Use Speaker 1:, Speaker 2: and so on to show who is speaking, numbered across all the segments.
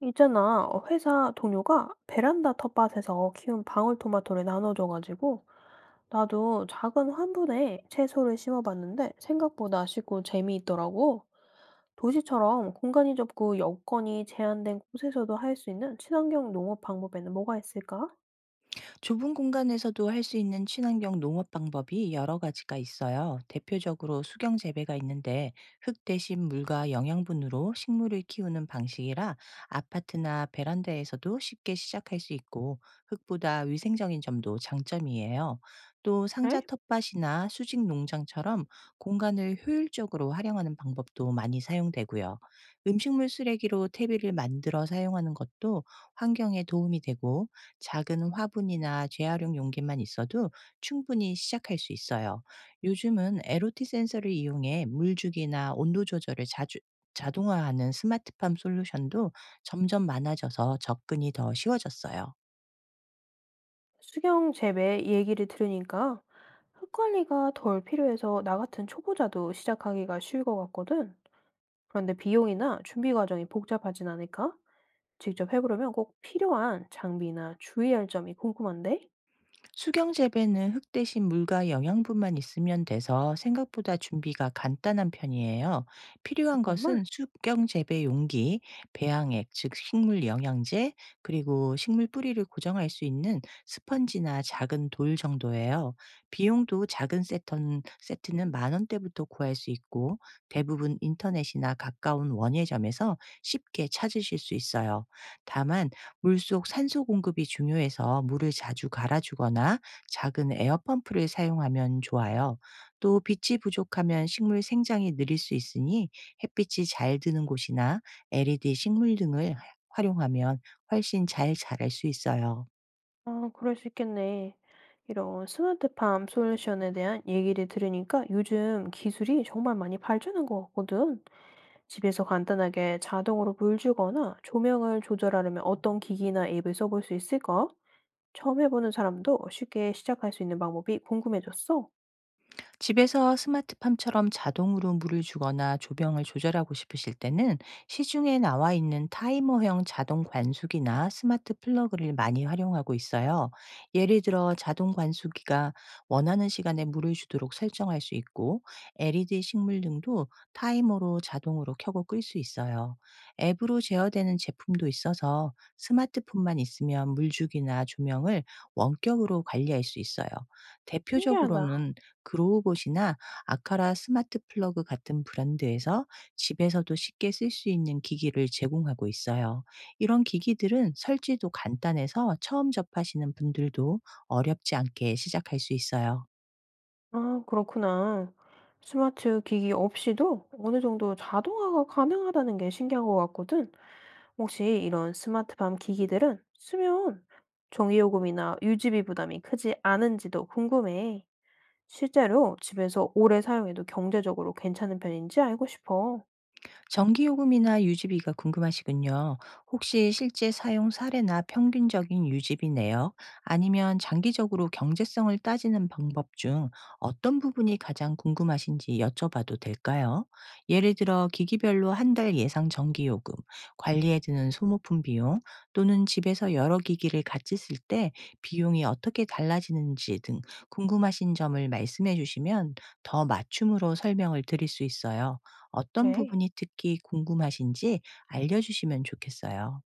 Speaker 1: 있잖아, 회사 동료가 베란다 텃밭에서 키운 방울토마토를 나눠줘가지고, 나도 작은 환분에 채소를 심어봤는데 생각보다 쉽고 재미있더라고. 도시처럼 공간이 좁고 여건이 제한된 곳에서도 할 수 있는 친환경 농업 방법에는 뭐가 있을까?
Speaker 2: 좁은 공간에서도 할 수 있는 친환경 농업 방법이 여러 가지가 있어요. 대표적으로 수경 재배가 있는데 흙 대신 물과 영양분으로 식물을 키우는 방식이라 아파트나 베란다에서도 쉽게 시작할 수 있고 흙보다 위생적인 점도 장점이에요. 또 상자
Speaker 1: 네?
Speaker 2: 텃밭이나 수직 농장처럼 공간을 효율적으로 활용하는 방법도 많이 사용되고요. 음식물 쓰레기로 퇴비를 만들어 사용하는 것도 환경에 도움이 되고, 작은 화분이나 재활용 용기만 있어도 충분히 시작할 수 있어요. 요즘은 에 o 티 센서를 이용해 물주기나 온도 조절을 자주 자동화하는 스마트팜 솔루션도 점점 많아져서 접근이 더 쉬워졌어요.
Speaker 1: 수경 재배 얘기를 들으니까 흙관리가 덜 필요해서 나 같은 초보자도 시작하기가 쉬울 것 같거든. 그런데 비용이나 준비 과정이 복잡하진 않을까? 직접 해 보려면 꼭 필요한 장비나 주의해야 할 점이 궁금한데?
Speaker 2: 수경 재배는 흙 대신 물과 영양분만 있으면 돼서 생각보다 준비가 간단한 편이에요.
Speaker 1: 어,
Speaker 2: 필요한
Speaker 1: 정말?
Speaker 2: 것은 수경 재배 용기, 배양액, 즉 식물 영양제, 그리고 식물 뿌리를 고정할 수 있는 스펀지나 작은 돌 정도예요. 비용도 작은 세트는 1만 원대부터 구할 수 있고, 대부분 인터넷이나 가까운 원예점에서 쉽게 찾으실 수 있어요. 다만 물속 산소 공급이 중요해서 물을 자주 갈아주거나 작은 에어펌프를 사용하면 좋아요. 또 빛이 부족하면 식물 생장이 느릴 수 있으니 햇빛이 잘 드는 곳이나 LED 식물 등을 활용하면 훨씬 잘 자랄 수 있어요.
Speaker 1: 아, 그럴 수 있겠네. 이런 스마트팜 솔루션에 대한 얘기를 들으니까 요즘 기술이 정말 많이 발전한 것 같거든. 집에서 간단하게 자동으로 물 주거나 조명을 조절하려면 어떤 기기나 앱을 써볼 수 있을까? 처음 해보는 사람도 쉽게 시작할 수 있는 방법이 궁금해졌어.
Speaker 2: 집에서 스마트팜처럼 자동으로 물을 주거나 조명을 조절하고 싶으실 때는 시중에 나와 있는 타이머형 자동 관수기나 스마트 플러그를 많이 활용하고 있어요. 예를 들어 자동 관수기가 원하는 시간에 물을 주도록 설정할 수 있고, LED 식물 등도 타이머로 자동으로 켜고 끌 수 있어요. 앱으로 제어되는 제품도 있어서 스마트폰만 있으면 물주기나 조명을 원격으로 관리할 수 있어요.
Speaker 1: 신기하다.
Speaker 2: 대표적으로는 그로우봇이나 아카라 스마트 플러그 같은 브랜드에서 집에서도 쉽게 쓸 수 있는 기기를 제공하고 있어요. 이런 기기들은 설치도 간단해서 처음 접하시는 분들도 어렵지 않게 시작할 수 있어요.
Speaker 1: 아, 그렇구나. 스마트 기기 없이도 어느 정도 자동화가 가능하다는 게 신기한 것 같거든. 혹시 이런 스마트팜 기기들은 쓰면 전기요금이나 유지비 부담이 크지 않은지도 궁금해. 실제로 집에서 오래 사용해도 경제적으로 괜찮은 편인지 알고 싶어.
Speaker 2: 전기요금이나 유지비가 궁금하시군요. 혹시 실제 사용 사례나 평균적인 유지비 내역, 아니면 장기적으로 경제성을 따지는 방법 중 어떤 부분이 가장 궁금하신지 여쭤봐도 될까요? 예를 들어 기기별로 한 달 예상 전기요금, 관리에 드는 소모품 비용, 또는 집에서 여러 기기를 같이 쓸 때 비용이 어떻게 달라지는지 등 궁금하신 점을 말씀해 주시면 더 맞춤으로 설명을 드릴 수 있어요. 어떤
Speaker 1: 네.
Speaker 2: 부분이 특히 궁금하신지 알려주시면 좋겠어요.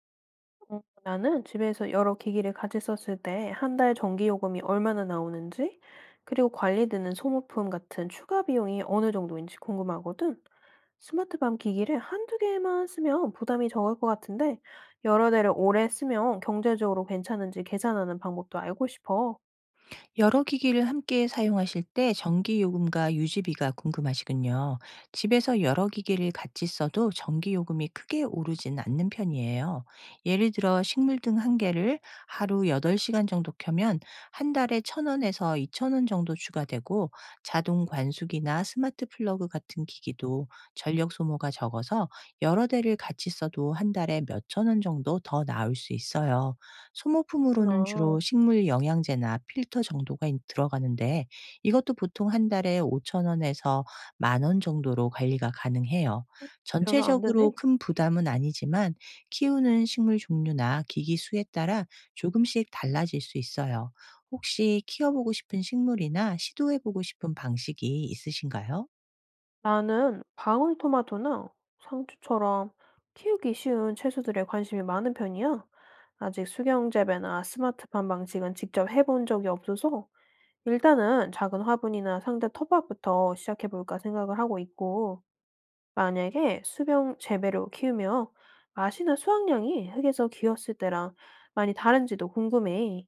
Speaker 1: 나는 집에서 여러 기기를 같이 썼을 때 한 달 전기요금이 얼마나 나오는지, 그리고 관리되는 소모품 같은 추가 비용이 어느 정도인지 궁금하거든. 스마트밤 기기를 한두 개만 쓰면 부담이 적을 것 같은데 여러 대를 오래 쓰면 경제적으로 괜찮은지 계산하는 방법도 알고 싶어.
Speaker 2: 여러 기기를 함께 사용하실 때 전기 요금과 유지비가 궁금하시군요. 집에서 여러 기기를 같이 써도 전기 요금이 크게 오르진 않는 편이에요. 예를 들어 식물등 한 개를 하루 8시간 정도 켜면 한 달에 1,000원에서 2,000원 정도 추가되고, 자동 관수기나 스마트 플러그 같은 기기도 전력 소모가 적어서 여러 대를 같이 써도 한 달에 몇 천 원 정도 더 나올 수 있어요. 소모품으로는
Speaker 1: 그렇구나.
Speaker 2: 주로 식물 영양제나 필터 정도가 들어가는데, 이것도 보통 한 달에 5천 원에서 1만 원 정도로 관리가 가능해요.
Speaker 1: 별로 안
Speaker 2: 전체적으로
Speaker 1: 되네.
Speaker 2: 큰 부담은 아니지만 키우는 식물 종류나 기기 수에 따라 조금씩 달라질 수 있어요. 혹시 키워보고 싶은 식물이나 시도해보고 싶은 방식이 있으신가요?
Speaker 1: 나는 방울토마토나 상추처럼 키우기 쉬운 채소들에 관심이 많은 편이야. 아직 수경재배나 스마트팜 방식은 직접 해본 적이 없어서 일단은 작은 화분이나 상자 텃밭부터 시작해볼까 생각을 하고 있고, 만약에 수병 재배로 키우며 맛이나 수확량이 흙에서 기었을 때랑 많이 다른지도 궁금해.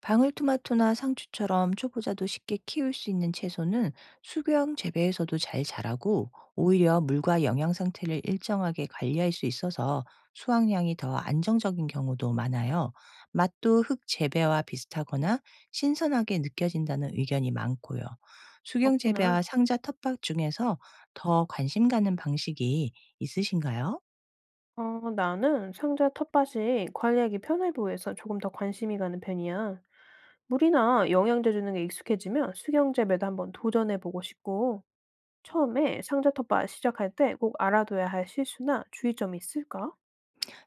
Speaker 2: 방울토마토나 상추처럼 초보자도 쉽게 키울 수 있는 채소는 수경 재배에서도 잘 자라고, 오히려 물과 영양 상태를 일정하게 관리할 수 있어서 수확량이 더 안정적인 경우도 많아요. 맛도 흙 재배와 비슷하거나 신선하게 느껴진다는 의견이 많고요. 수경
Speaker 1: 그렇구나.
Speaker 2: 재배와 상자 텃밭 중에서 더 관심 가는 방식이 있으신가요?
Speaker 1: 나는 상자 텃밭이 관리하기 편해 보여서 조금 더 관심이 가는 편이야. 물이나 영양제 주는 게 익숙해지면 수경 재배도 한번 도전해 보고 싶고, 처음에 상자 텃밭 시작할 때 꼭 알아둬야 할 실수나 주의점이 있을까?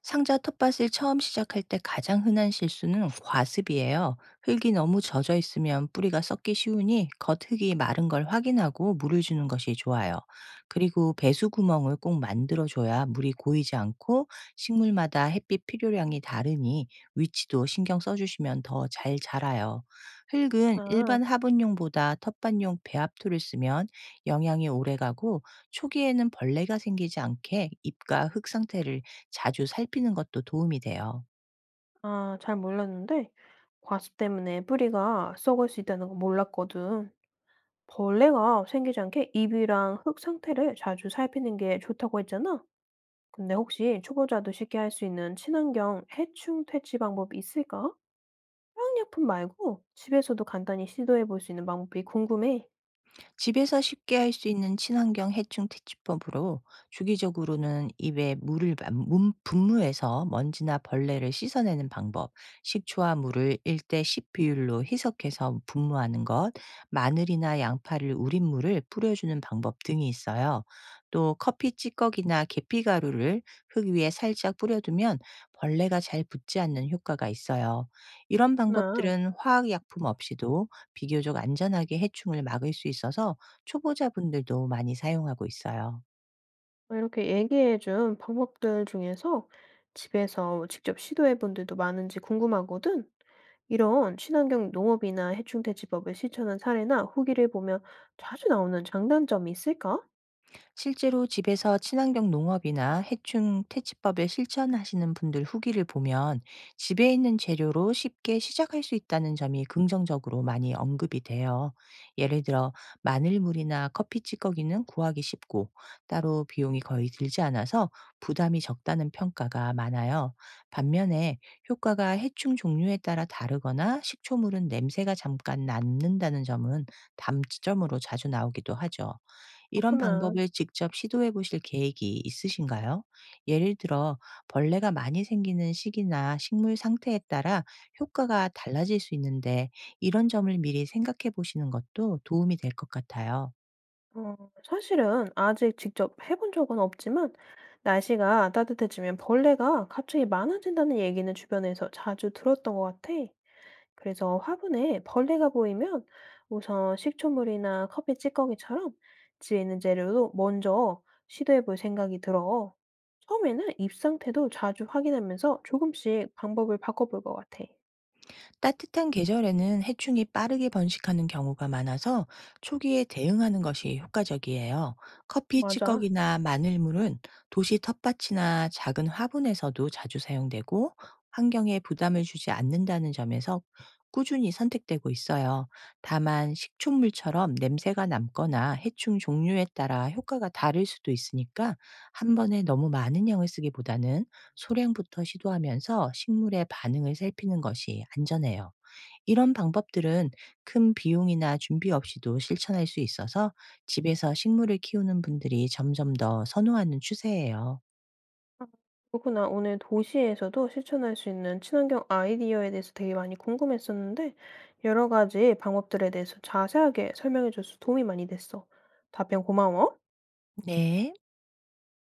Speaker 2: 상자 텃밭을 처음 시작할 때 가장 흔한 실수는 과습이에요. 흙이 너무 젖어 있으면 뿌리가 썩기 쉬우니 겉흙이 마른 걸 확인하고 물을 주는 것이 좋아요. 그리고 배수 구멍을 꼭 만들어줘야 물이 고이지 않고, 식물마다 햇빛 필요량이 다르니 위치도 신경 써주시면 더 잘 자라요. 흙은
Speaker 1: 나,
Speaker 2: 일반 화분용보다 텃밭용 배합토를 쓰면 영양이 오래가고, 초기에는 벌레가 생기지 않게 잎과 흙 상태를 자주 살피는 것도 도움이 돼요.
Speaker 1: 아, 잘 몰랐는데, 과습 때문에 뿌리가 썩을 수 있다는 거 몰랐거든. 벌레가 생기지 않게 잎이랑 흙 상태를 자주 살피는 게 좋다고 했잖아? 근데 혹시 초보자도 쉽게 할 수 있는 친환경 해충 퇴치 방법이 있을까? 화학약품 말고 집에서도 간단히 시도해 볼 수 있는 방법이 궁금해.
Speaker 2: 집에서 쉽게 할 수 있는 친환경 해충 퇴치법으로 주기적으로는 입에 물을 분무해서 먼지나 벌레를 씻어내는 방법, 식초와 물을 1대 10 비율로 희석해서 분무하는 것, 마늘이나 양파를 우린 물을 뿌려주는 방법 등이 있어요. 또 커피 찌꺼기나 계피가루를 흙 위에 살짝 뿌려두면 벌레가 잘 붙지 않는 효과가 있어요. 이런
Speaker 1: 나
Speaker 2: 방법들은 화학약품 없이도 비교적 안전하게 해충을 막을 수 있어서 초보자분들도 많이 사용하고 있어요.
Speaker 1: 이렇게 얘기해 준 방법들 중에서 집에서 직접 시도해 본 데도 많은지 궁금하거든? 이런 친환경 농업이나 해충 퇴치법을 실천한 사례나 후기를 보면 자주 나오는 장단점이 있을까?
Speaker 2: 실제로 집에서 친환경 농업이나 해충 퇴치법을 실천하시는 분들 후기를 보면 집에 있는 재료로 쉽게 시작할 수 있다는 점이 긍정적으로 많이 언급이 돼요. 예를 들어 마늘물이나 커피 찌꺼기는 구하기 쉽고 따로 비용이 거의 들지 않아서 부담이 적다는 평가가 많아요. 반면에 효과가 해충 종류에 따라 다르거나 식초물은 냄새가 잠깐 남는다는 점은 단점으로 자주 나오기도 하죠. 이런
Speaker 1: 그렇구나.
Speaker 2: 방법을 직접 시도해 보실 계획이 있으신가요? 예를 들어 벌레가 많이 생기는 시기나 식물 상태에 따라 효과가 달라질 수 있는데, 이런 점을 미리 생각해 보시는 것도 도움이 될 것 같아요.
Speaker 1: 어, 사실은 아직 직접 해본 적은 없지만 날씨가 따뜻해지면 벌레가 갑자기 많아진다는 얘기는 주변에서 자주 들었던 것 같아. 그래서 화분에 벌레가 보이면 우선 식초물이나 커피 찌꺼기처럼 집에 있는 재료로 먼저 시도해 볼 생각이 들어. 처음에는 잎 상태도 자주 확인하면서 조금씩 방법을 바꿔 볼 것 같아.
Speaker 2: 따뜻한 계절에는 해충이 빠르게 번식하는 경우가 많아서 초기에 대응하는 것이 효과적이에요. 커피
Speaker 1: 맞아.
Speaker 2: 찌꺼기나 마늘물은 도시 텃밭이나 작은 화분에서도 자주 사용되고 환경에 부담을 주지 않는다는 점에서 꾸준히 선택되고 있어요. 다만 식초물처럼 냄새가 남거나 해충 종류에 따라 효과가 다를 수도 있으니까 한 번에 너무 많은 양을 쓰기보다는 소량부터 시도하면서 식물의 반응을 살피는 것이 안전해요. 이런 방법들은 큰 비용이나 준비 없이도 실천할 수 있어서 집에서 식물을 키우는 분들이 점점 더 선호하는 추세예요.
Speaker 1: 그렇구나. 오늘 도시에서도 실천할 수 있는 친환경 아이디어에 대해서 되게 많이 궁금했었는데, 여러 가지 방법들에 대해서 자세하게 설명해줘서 도움이 많이 됐어. 답변 고마워.
Speaker 2: 네.